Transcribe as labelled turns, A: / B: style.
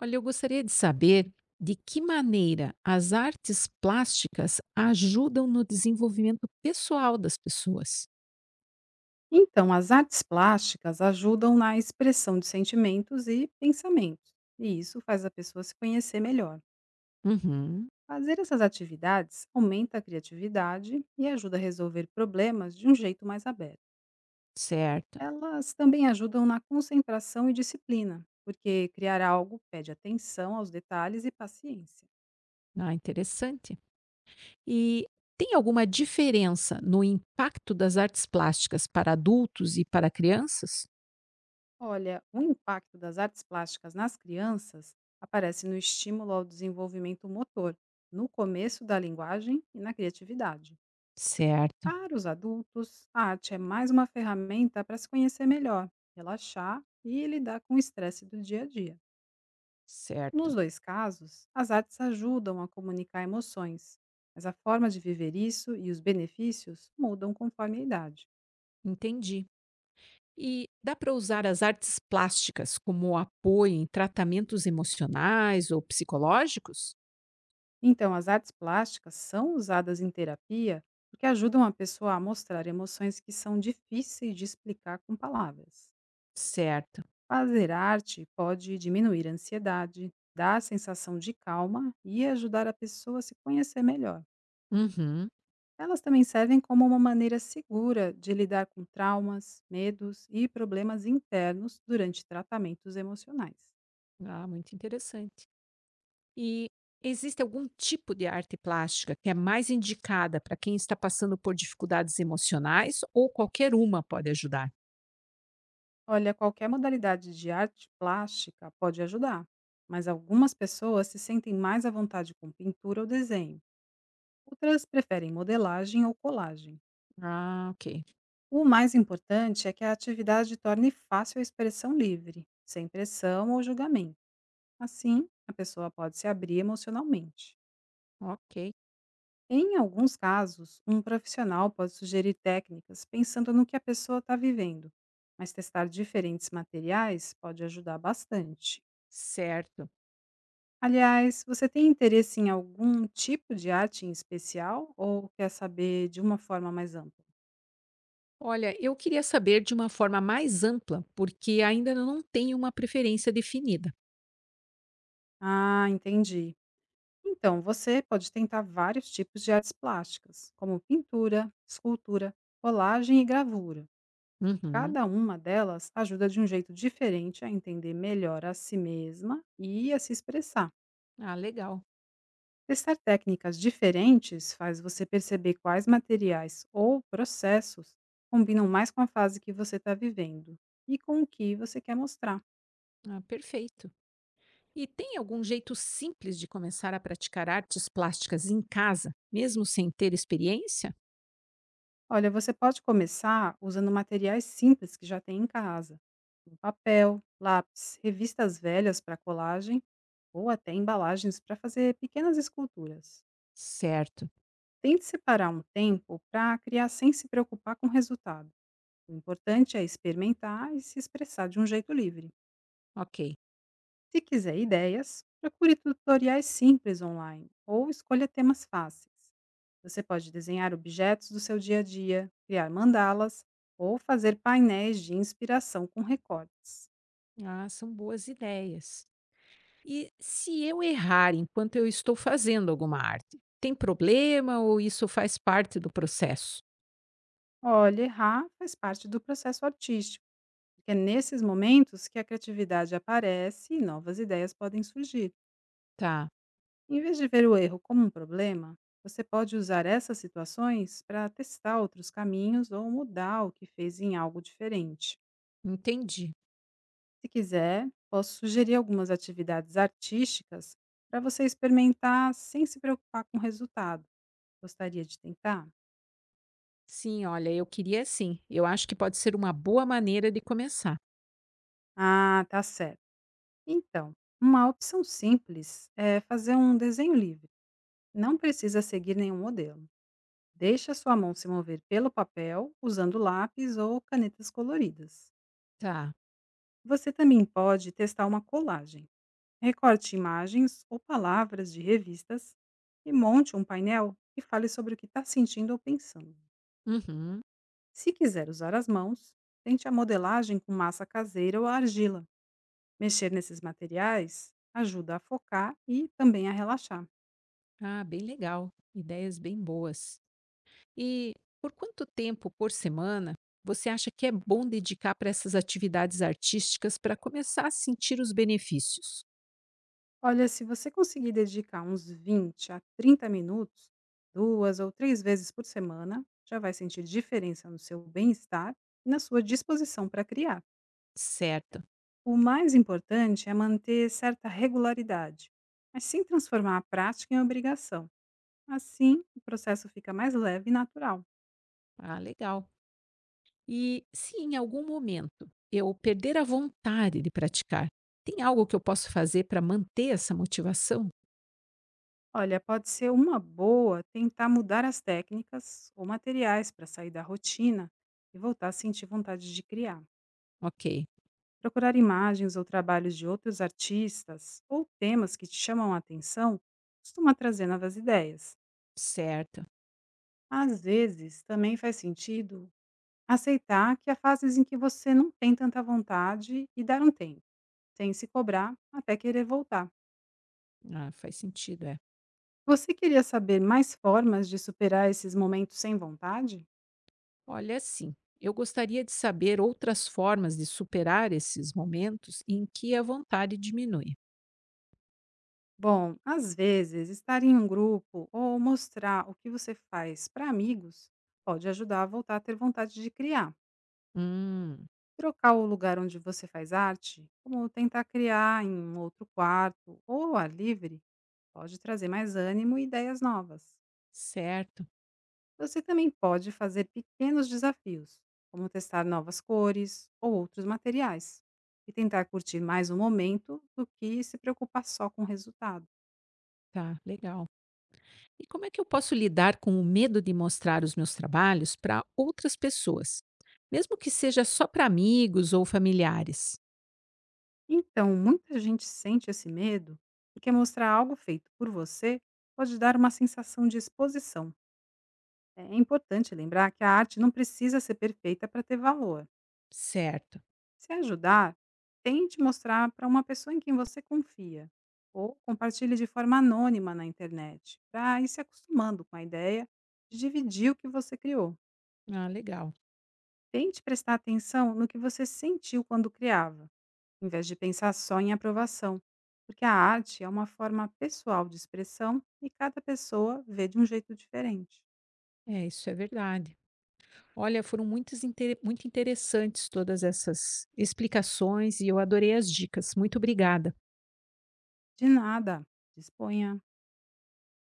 A: Olha, eu gostaria de saber de que maneira as artes plásticas ajudam no desenvolvimento pessoal das pessoas.
B: Então, as artes plásticas ajudam na expressão de sentimentos e pensamentos, e isso faz a pessoa se conhecer melhor.
A: Uhum,
B: Fazer essas atividades aumenta a criatividade e ajuda a resolver problemas de um jeito mais aberto.
A: certo.
B: Elas também ajudam na concentração e disciplina, porque criar algo pede atenção aos detalhes e paciência.
A: Ah, interessante. E tem alguma diferença no impacto das artes plásticas para adultos e para crianças?
B: Olha, o impacto das artes plásticas nas crianças aparece no estímulo ao desenvolvimento motor, no começo da linguagem e na criatividade.
A: Certo,
B: Para os adultos, a arte é mais uma ferramenta para se conhecer melhor, relaxar e lidar com o estresse do dia a dia.
A: certo.
B: Nos dois casos, as artes ajudam a comunicar emoções, mas a forma de viver isso e os benefícios mudam conforme a idade.
A: Entendi. E dá para usar as artes plásticas como apoio em tratamentos emocionais ou psicológicos?
B: Então, as artes plásticas são usadas em terapia porque ajudam a pessoa a mostrar emoções que são difíceis de explicar com palavras.
A: Certo.
B: Fazer arte pode diminuir a ansiedade, dar a sensação de calma e ajudar a pessoa a se conhecer melhor.
A: Uhum.
B: Elas também servem como uma maneira segura de lidar com traumas, medos e problemas internos durante tratamentos emocionais.
A: Ah, muito interessante. E existe algum tipo de arte plástica que é mais indicada para quem está passando por dificuldades emocionais ou qualquer uma pode ajudar?
B: Olha, qualquer modalidade de arte plástica pode ajudar, mas algumas pessoas se sentem mais à vontade com pintura ou desenho, outras preferem modelagem ou colagem.
A: Ah, ok.
B: O mais importante é que a atividade torne fácil a expressão livre, sem pressão ou julgamento. Assim, a pessoa pode se abrir emocionalmente.
A: Ok,
B: Em alguns casos, um profissional pode sugerir técnicas pensando no que a pessoa está vivendo, mas testar diferentes materiais pode ajudar bastante.
A: certo.
B: Aliás, você tem interesse em algum tipo de arte em especial ou quer saber de uma forma mais ampla?
A: Olha, eu queria saber de uma forma mais ampla, porque ainda não tenho uma preferência definida.
B: Ah, entendi. Então, você pode tentar vários tipos de artes plásticas, como pintura, escultura, colagem e gravura.
A: Uhum.
B: Cada uma delas ajuda de um jeito diferente a entender melhor a si mesma e a se expressar.
A: Ah, legal.
B: Testar técnicas diferentes faz você perceber quais materiais ou processos combinam mais com a fase que você está vivendo e com o que você quer mostrar.
A: Ah, perfeito. E tem algum jeito simples de começar a praticar artes plásticas em casa, mesmo sem ter experiência?
B: Olha, você pode começar usando materiais simples que já tem em casa, como papel, lápis, revistas velhas para colagem ou até embalagens para fazer pequenas esculturas.
A: Certo.
B: Tente separar um tempo para criar sem se preocupar com o resultado. O importante é experimentar e se expressar de um jeito livre.
A: Ok.
B: Se quiser ideias, procure tutoriais simples online ou escolha temas fáceis. Você pode desenhar objetos do seu dia a dia, criar mandalas ou fazer painéis de inspiração com recortes.
A: Ah, são boas ideias. E se eu errar enquanto eu estou fazendo alguma arte, tem problema ou isso faz parte do processo?
B: Olha, errar faz parte do processo artístico, porque é nesses momentos que a criatividade aparece e novas ideias podem surgir.
A: Tá,
B: Em vez de ver o erro como um problema, você pode usar essas situações para testar outros caminhos ou mudar o que fez em algo diferente.
A: entendi.
B: Se quiser, posso sugerir algumas atividades artísticas para você experimentar sem se preocupar com o resultado. Gostaria de tentar?
A: Sim, olha, eu queria sim. Eu acho que pode ser uma boa maneira de começar.
B: Ah, tá certo. Então, uma opção simples é fazer um desenho livre. Não precisa seguir nenhum modelo. Deixe a sua mão se mover pelo papel usando lápis ou canetas coloridas.
A: Tá.
B: Você também pode testar uma colagem. Recorte imagens ou palavras de revistas e monte um painel que fale sobre o que está sentindo ou pensando.
A: Uhum.
B: Se quiser usar as mãos, tente a modelagem com massa caseira ou argila. Mexer nesses materiais ajuda a focar e também a relaxar.
A: Ah, bem legal. Ideias bem boas. E por quanto tempo por semana você acha que é bom dedicar para essas atividades artísticas para começar a sentir os benefícios?
B: Olha, se você conseguir dedicar uns 20 a 30 minutos, duas ou três vezes por semana, já vai sentir diferença no seu bem-estar e na sua disposição para criar.
A: Certo.
B: O mais importante é manter certa regularidade, mas sem transformar a prática em obrigação. Assim, o processo fica mais leve e natural.
A: Ah, legal. E se em algum momento eu perder a vontade de praticar, tem algo que eu posso fazer para manter essa motivação?
B: Olha, pode ser uma boa tentar mudar as técnicas ou materiais para sair da rotina e voltar a sentir vontade de criar.
A: Ok,
B: Procurar imagens ou trabalhos de outros artistas ou temas que te chamam a atenção costuma trazer novas ideias.
A: certo.
B: Às vezes, também faz sentido aceitar que há fases em que você não tem tanta vontade e dar um tempo, sem se cobrar até querer voltar.
A: Ah, faz sentido, é.
B: Você queria saber mais formas de superar esses momentos sem vontade?
A: Olha, sim, eu gostaria de saber outras formas de superar esses momentos em que a vontade diminui.
B: Bom, às vezes, estar em um grupo ou mostrar o que você faz para amigos pode ajudar a voltar a ter vontade de criar.
A: Hum,
B: Trocar o lugar onde você faz arte, como tentar criar em um outro quarto ou ao ar livre, pode trazer mais ânimo e ideias novas.
A: certo.
B: Você também pode fazer pequenos desafios, como testar novas cores ou outros materiais, e tentar curtir mais o momento do que se preocupar só com o resultado.
A: Tá, legal. E como é que eu posso lidar com o medo de mostrar os meus trabalhos para outras pessoas? Mesmo que seja só para amigos ou familiares.
B: Então, muita gente sente esse medo, porque mostrar algo feito por você pode dar uma sensação de exposição. É importante lembrar que a arte não precisa ser perfeita para ter valor.
A: Certo.
B: Se ajudar, tente mostrar para uma pessoa em quem você confia ou compartilhe de forma anônima na internet, para ir se acostumando com a ideia de dividir o que você criou.
A: Ah, legal.
B: Tente prestar atenção no que você sentiu quando criava, em vez de pensar só em aprovação, porque a arte é uma forma pessoal de expressão e cada pessoa vê de um jeito diferente.
A: É, isso é verdade. Olha, foram muitas muito interessantes todas essas explicações e eu adorei as dicas. Muito obrigada.
B: De nada, disponha.